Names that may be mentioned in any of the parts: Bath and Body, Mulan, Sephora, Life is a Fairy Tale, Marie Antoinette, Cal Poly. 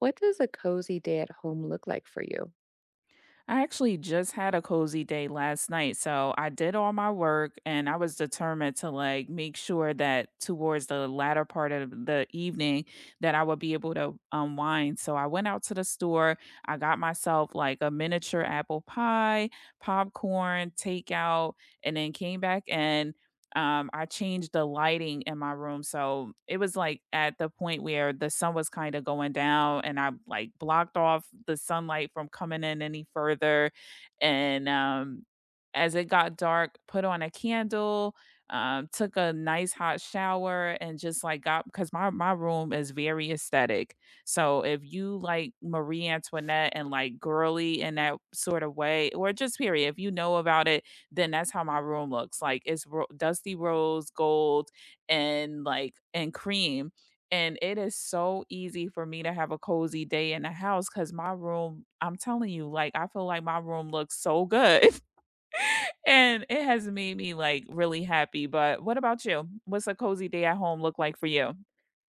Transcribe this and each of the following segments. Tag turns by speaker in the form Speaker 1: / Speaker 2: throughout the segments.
Speaker 1: What does a cozy day at home look like for you?
Speaker 2: I actually just had a cozy day last night. So I did all my work and I was determined to like make sure that towards the latter part of the evening that I would be able to unwind. So I went out to the store. I got myself like a miniature apple pie, popcorn, takeout, and then came back in. I changed the lighting in my room, so it was, like, at the point where the sun was kinda going down, and I, like, blocked off the sunlight from coming in any further, and, as it got dark, put on a candle. Took a nice hot shower, and just, like, got because my room is very aesthetic, so if you like Marie Antoinette and, like, girly in that sort of way, or just period, if you know about it, then that's how my room looks. Like it's dusty rose gold and like and cream. And it is so easy for me to have a cozy day in the house because my room, I'm telling you, like I feel like my room looks so good. And it has made me like really happy. But what about you? What's a cozy day at home look like for you?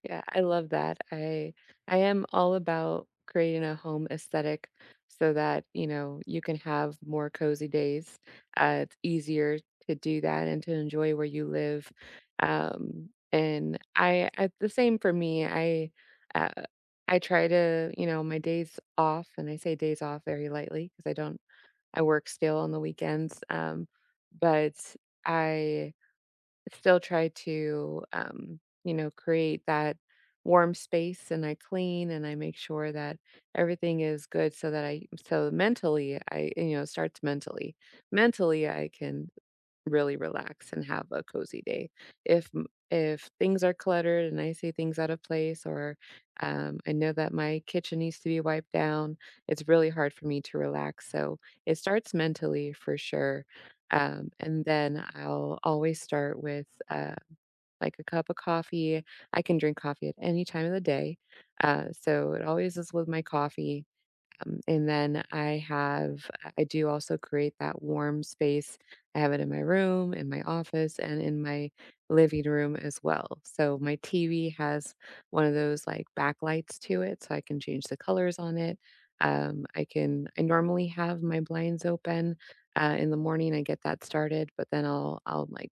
Speaker 1: Yeah, I love that. I am all about creating a home aesthetic so that, you know, you can have more cozy days. It's easier to do that and to enjoy where you live. And I the same for me. Uh, I try to, you know, my days off, and I say days off very lightly because I don't I work still on the weekends. But I still try to, you know, create that warm space, and I clean, and I make sure that everything is good so that I so mentally, I you know, it starts mentally. Mentally, I can really relax and have a cozy day. If things are cluttered and I see things out of place, or I know that my kitchen needs to be wiped down, it's really hard for me to relax. So it starts mentally for sure, and then I'll always start with like a cup of coffee. I can drink coffee at any time of the day, so it always is with my coffee. And then I have, I do also create that warm space. I have it in my room, in my office, and in my living room as well. So my TV has one of those like backlights to it, so I can change the colors on it. I can, I normally have my blinds open in the morning. I get that started, but then I'll like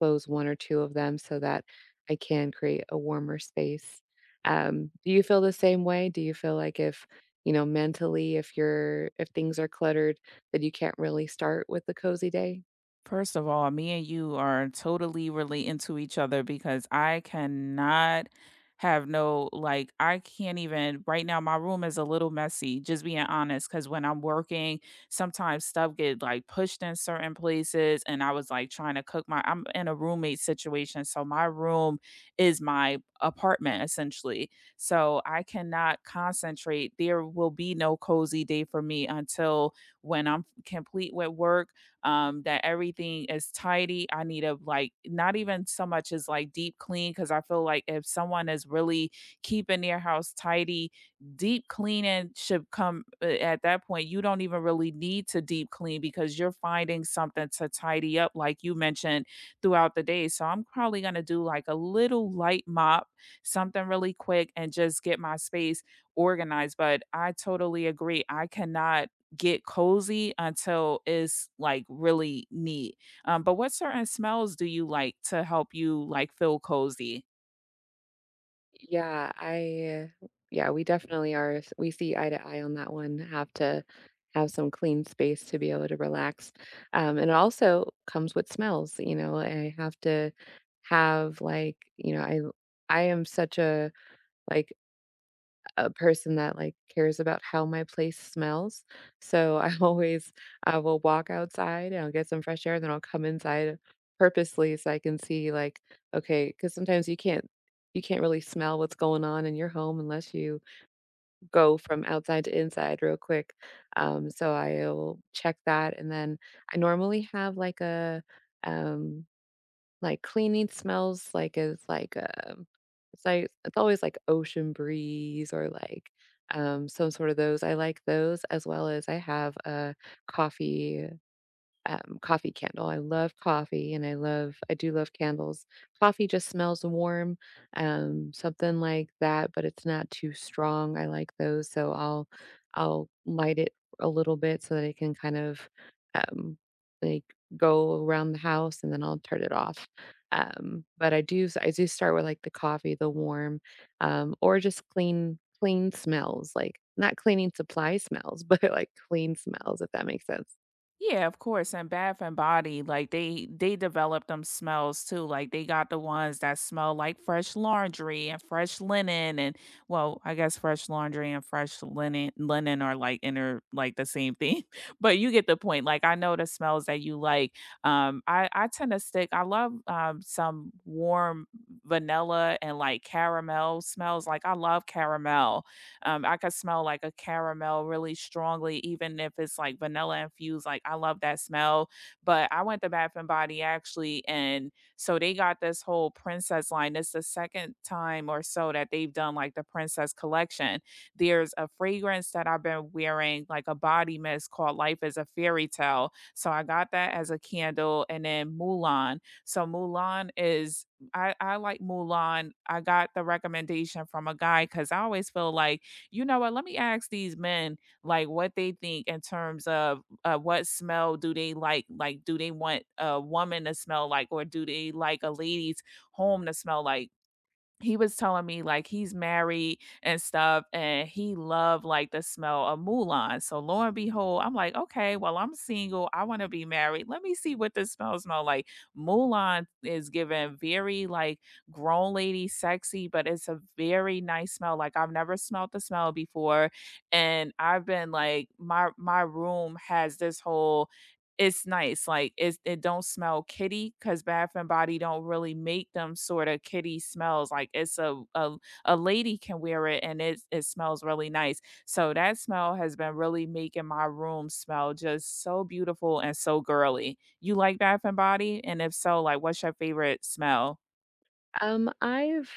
Speaker 1: close one or two of them so that I can create a warmer space. Do you feel the same way? Do you feel like if, you know, mentally, if things are cluttered, then you can't really start with the cozy day?
Speaker 2: First of all, me and you are totally relating to each other because I cannot have no, like, I can't even, right now, my room is a little messy, just being honest. Cause when I'm working, sometimes stuff get like pushed in certain places. And I was like trying to cook my, I'm in a roommate situation. So my room is my apartment essentially. So I cannot concentrate. There will be no cozy day for me until when I'm complete with work, that everything is tidy. I need to like not even so much as like deep clean because I feel like if someone is really keeping their house tidy, deep cleaning should come at that point. You don't even really need to deep clean because you're finding something to tidy up, like you mentioned throughout the day. So I'm probably gonna do like a little light mop, something really quick, and just get my space organized. But I totally agree. I cannot get cozy until it's like really neat. But what certain smells do you like to help you like feel cozy?
Speaker 1: Yeah, we definitely are s we see eye to eye on that one, have to have some clean space to be able to relax, and it also comes with smells. You know, I have to have, like, you know, I am such a, like, a person that like cares about how my place smells. So I always I will walk outside and I'll get some fresh air, then I'll come inside purposely so I can see like, okay, because sometimes you can't really smell what's going on in your home unless you go from outside to inside real quick. So I'll check that and then I normally have like a um, like, cleaning smells like is like, it's like it's always like ocean breeze or like, some sort of those. I like those as well as I have a coffee, coffee candle. I love coffee and I do love candles. Coffee just smells warm, something like that, but it's not too strong. I like those, so I'll light it a little bit so that it can kind of, um, like go around the house, and then I'll turn it off. But I do s- I do start with like the coffee, the warm, or just clean smells like not cleaning supply smells but like clean smells if that makes sense.
Speaker 2: Yeah, of course. And Bath and Body, like they develop them smells too. Like they got the ones that smell like fresh laundry and fresh linen, and well, I guess fresh laundry and fresh linen are like inner like the same thing. But you get the point. Like I know the smells that you like. I tend to stick. I love some warm vanilla and like caramel smells. Like I love caramel. I could smell like a caramel really strongly, even if it's like vanilla infused. Like I love that smell. But I went to Bath and Body actually, and so they got this whole princess line. It's the second time or so that they've done like the princess collection. There's a fragrance that I've been wearing, like a body mist called Life is a Fairy Tale. So I got that as a candle, and then Mulan. So I like Mulan. I got the recommendation from a guy because I always feel like, you know what, let me ask these men like what they think in terms of what smell do they like? Like, do they want a woman to smell like, or do they like a lady's home to smell like? He was telling me like he's married and stuff and he loved like the smell of Mulan. So lo and behold, I'm like, okay, well, I'm single. I want to be married. Let me see what this smell smell like. Mulan is given very like grown lady sexy, but it's a very nice smell. Like I've never smelled the smell before. And I've been like my room has this whole, it's nice, like, it's it don't smell kitty, cause Bath& and Body don't really make them sorta kitty smells, like, it's a lady can wear it and it it smells really nice, so that smell has been really making my room smell just so beautiful and so girly. You like Bath& and Body? And if so, like, what's your favorite smell?
Speaker 1: Um, I've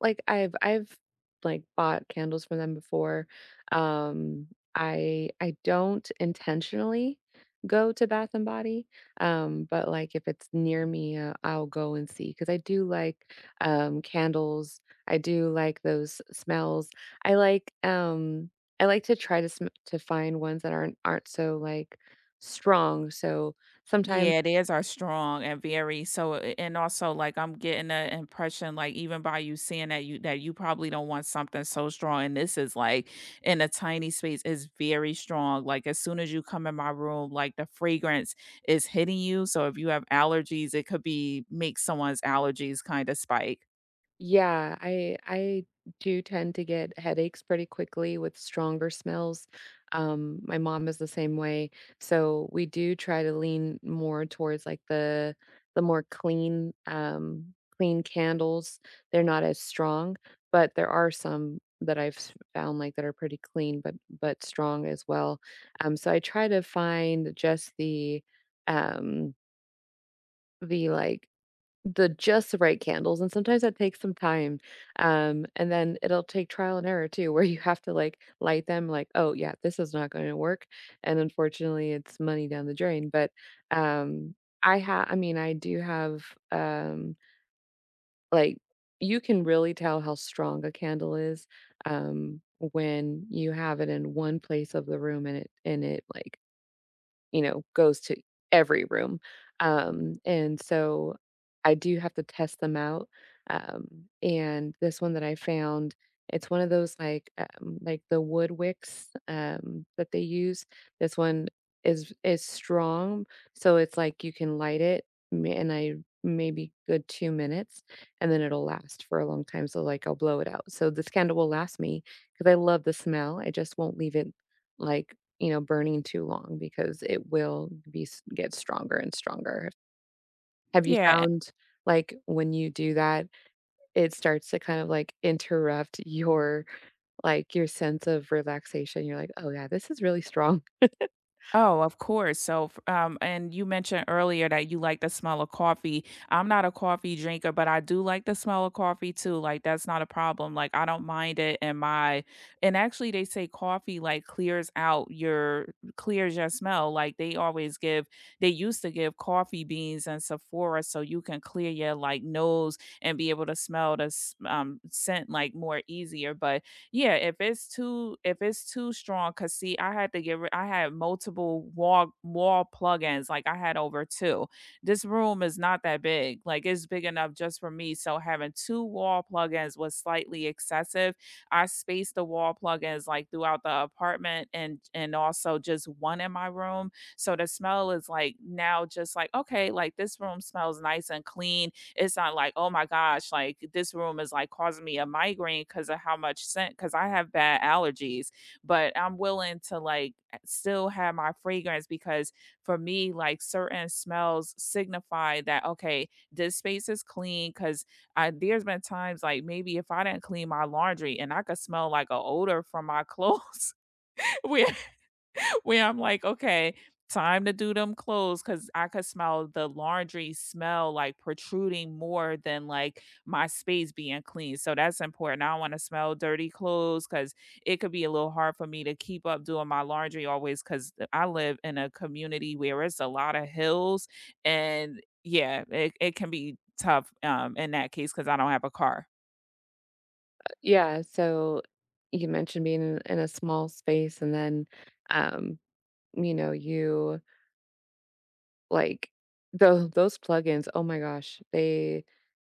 Speaker 1: I've like bought candles from them before. Um, I don't intentionally go to Bath and Body, but like if it's near me, I'll go and see because I do like candles. I do like those smells. I like um I like to try to to find ones that aren't so like strong. So sometimes.
Speaker 2: Yeah, theirs are strong and very so a and also, like, I'm getting the impression, like, even by you seeing that you probably don't want something so strong, and this is, like, in a tiny space, is very strong, like, as soon as you come in my room, like, the fragrance is hitting you, so if you have allergies, it could be make someone's allergies kinda spike.
Speaker 1: Yeah, I do tend to get headaches pretty quickly with stronger smells. My mom is the same way, so we do try to lean more towards like the more clean clean candles. They're not as strong, but there are some that I've found like that are pretty clean but strong as well. So I try to find just um the like the just right candles, and sometimes that takes some time, and then it'll take trial and error too, where you have to, like, light them like, "Oh, yeah, this is not gonna work," and unfortunately, it's money down the drain, but, um, I mean, I do have, um, like you can really tell how strong a candle is, when you have it in one place of the room and it, like, you know, goes to every room. And so I do have to test them out. And this one that I found, it's one of those like the wood wicks that they use. This one is strong, so it's like you can light it, m- and I maybe good 2 minutes, and then it'll last for a long time. So like I'll blow it out. So this candle will last me because I love the smell. I just won't leave it like, you know, burning too long because it will be s get stronger and stronger. Have you
Speaker 2: Yeah.
Speaker 1: found, like, when you do that, it starts to kind of, like, interrupt your, like, your sense of relaxation? You're like, "Oh, yeah, this is really strong."
Speaker 2: Oh, of course. So, f and you mentioned earlier that you like the smell of coffee. I'm not a coffee drinker, but I do like the smell of coffee too. Like that's not a problem. Like I don't mind it in my, and actually they say coffee like clears your smell. Like they used to give coffee beans and Sephora so you can clear your like nose and be able to smell the scent like more easier. But yeah, if it's too strong, cause see, I had to get rid I had multiple wall plugins, like I had over 2. This room is not that big, like it's big enough just for me, so having 2 wall plugins was slightly excessive. I spaced the wall plugins like throughout the apartment and also just one in my room, so the smell is like now just like, okay, like this room smells nice and clean. It's not like, oh my gosh, like this room is like causing me a migraine because of how much scent, because I have bad allergies, but I'm willing to like still have my fragrance because for me, like certain smells signify that, okay, this space is clean. Because I, there's been times like maybe if I didn't clean my laundry and I could smell like an odor from my clothes where where I'm like, okay, time to do them clothes because I could smell the laundry smell like protruding more than like my space being clean. So that's important. I don't want to smell dirty clothes because it could be a little hard for me to keep up doing my laundry always because I live in a community where it's a lot of hills and yeah, it can be tough in that case because I don't have a car.
Speaker 1: Yeah, so you mentioned being in a small space and then, um, you know, you like, those plugins, oh my gosh, they.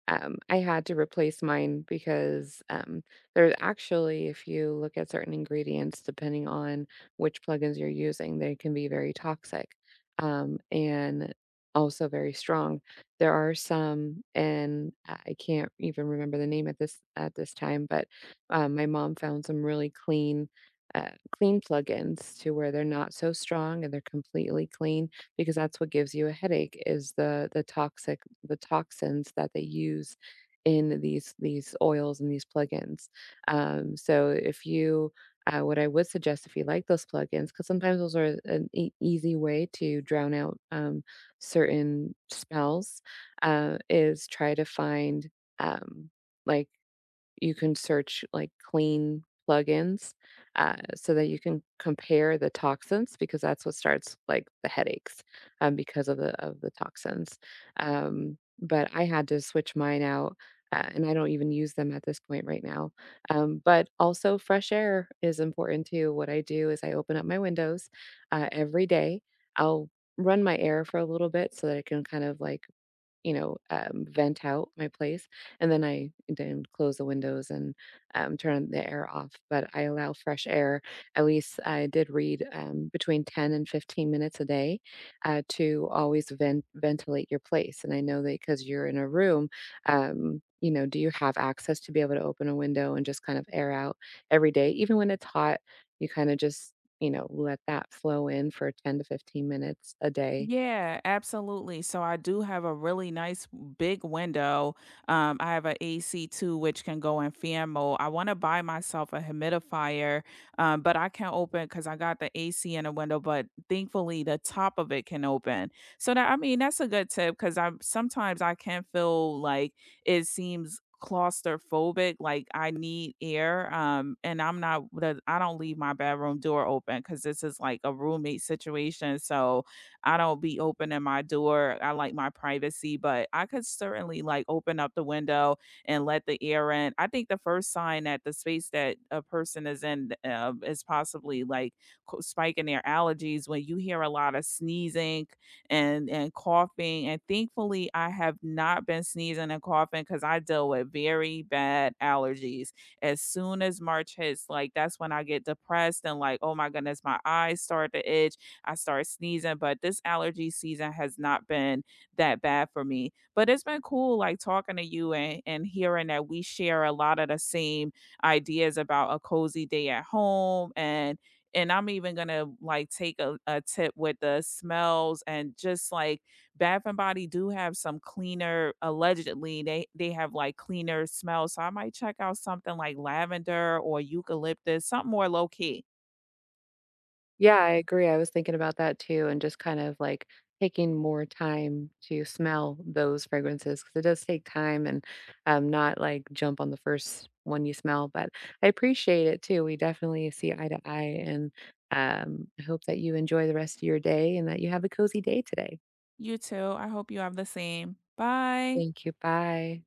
Speaker 1: I had to replace mine because there's actually, if you look at certain ingredients, depending on which plugins you're using, they can be very toxic, and also very strong. There are some, and I can't even remember the name at this time, but my mom found some really clean, uh, clean plugins to where they're not so strong and they're completely clean because that's what gives you a headache is the toxins that they use in these oils and these plugins. So if you What I would suggest if you like those plugins, because sometimes those are an easy way to drown out certain smells, is try to find um, like you can search like clean plugins, so that you can compare the toxins because that's what starts like the headaches, because of the toxins. But I had to switch mine out, and I don't even use them at this point right now. But also fresh air is important too. What I do is I open up my windows, every day. I'll run my air for a little bit so that I can kind of like, you know, vent out my place, and then I then close the windows and, turn the air off, but I allow fresh air. At least I did read, between 10 and 15 minutes a day, to always ventilate your place, and I know that because 'cause you're in a room, you know, do you have access to be able to open a window and just kind of air out every day? Even when it's hot, you kinda just, you know, let that flow in for 10 to 15 minutes a day.
Speaker 2: Yeah, absolutely. So I do have a really nice big window. I have an AC2 which can go in fan mode. I want to buy myself a humidifier, but I can open because I got the AC in the window, but thankfully the top of it can open. So that I mean that's a good tip because I sometimes I can feel like it seems claustrophobic like I need air and I'm not the- I don't leave my bedroom door open because this is like a roommate situation so I don't be opening my door. I like my privacy, but I could certainly like open up the window and let the air in. I think the first sign that the space that a person is in is possibly like spiking their allergies when you hear a lot of sneezing and coughing. And thankfully, I have not been sneezing and coughing because I deal with very bad allergies. As soon as March hits, like that's when I get depressed and like, oh my goodness, my eyes start to itch. I started sneezing, but this allergy season has not been that bad for me. But it's been cool like talking to you and hearing that we share a lot of the same ideas about a cozy day at home and I'm even gonna like take a tip with the smells and just like Bath and Body do have some cleaner, allegedly they have like cleaner smells so I might check out something like lavender or eucalyptus, something more low key.
Speaker 1: Yeah, I agree. I was thinking about that too, and just kind of like taking more time to smell those fragrances because it does take time and, not like jump on the first one you smell. But I appreciate it too. We definitely see eye to eye, and I hope that you enjoy the rest of your day and that you have a cozy day today.
Speaker 2: You too. I hope you have the same. Bye.
Speaker 1: Thank you. Bye.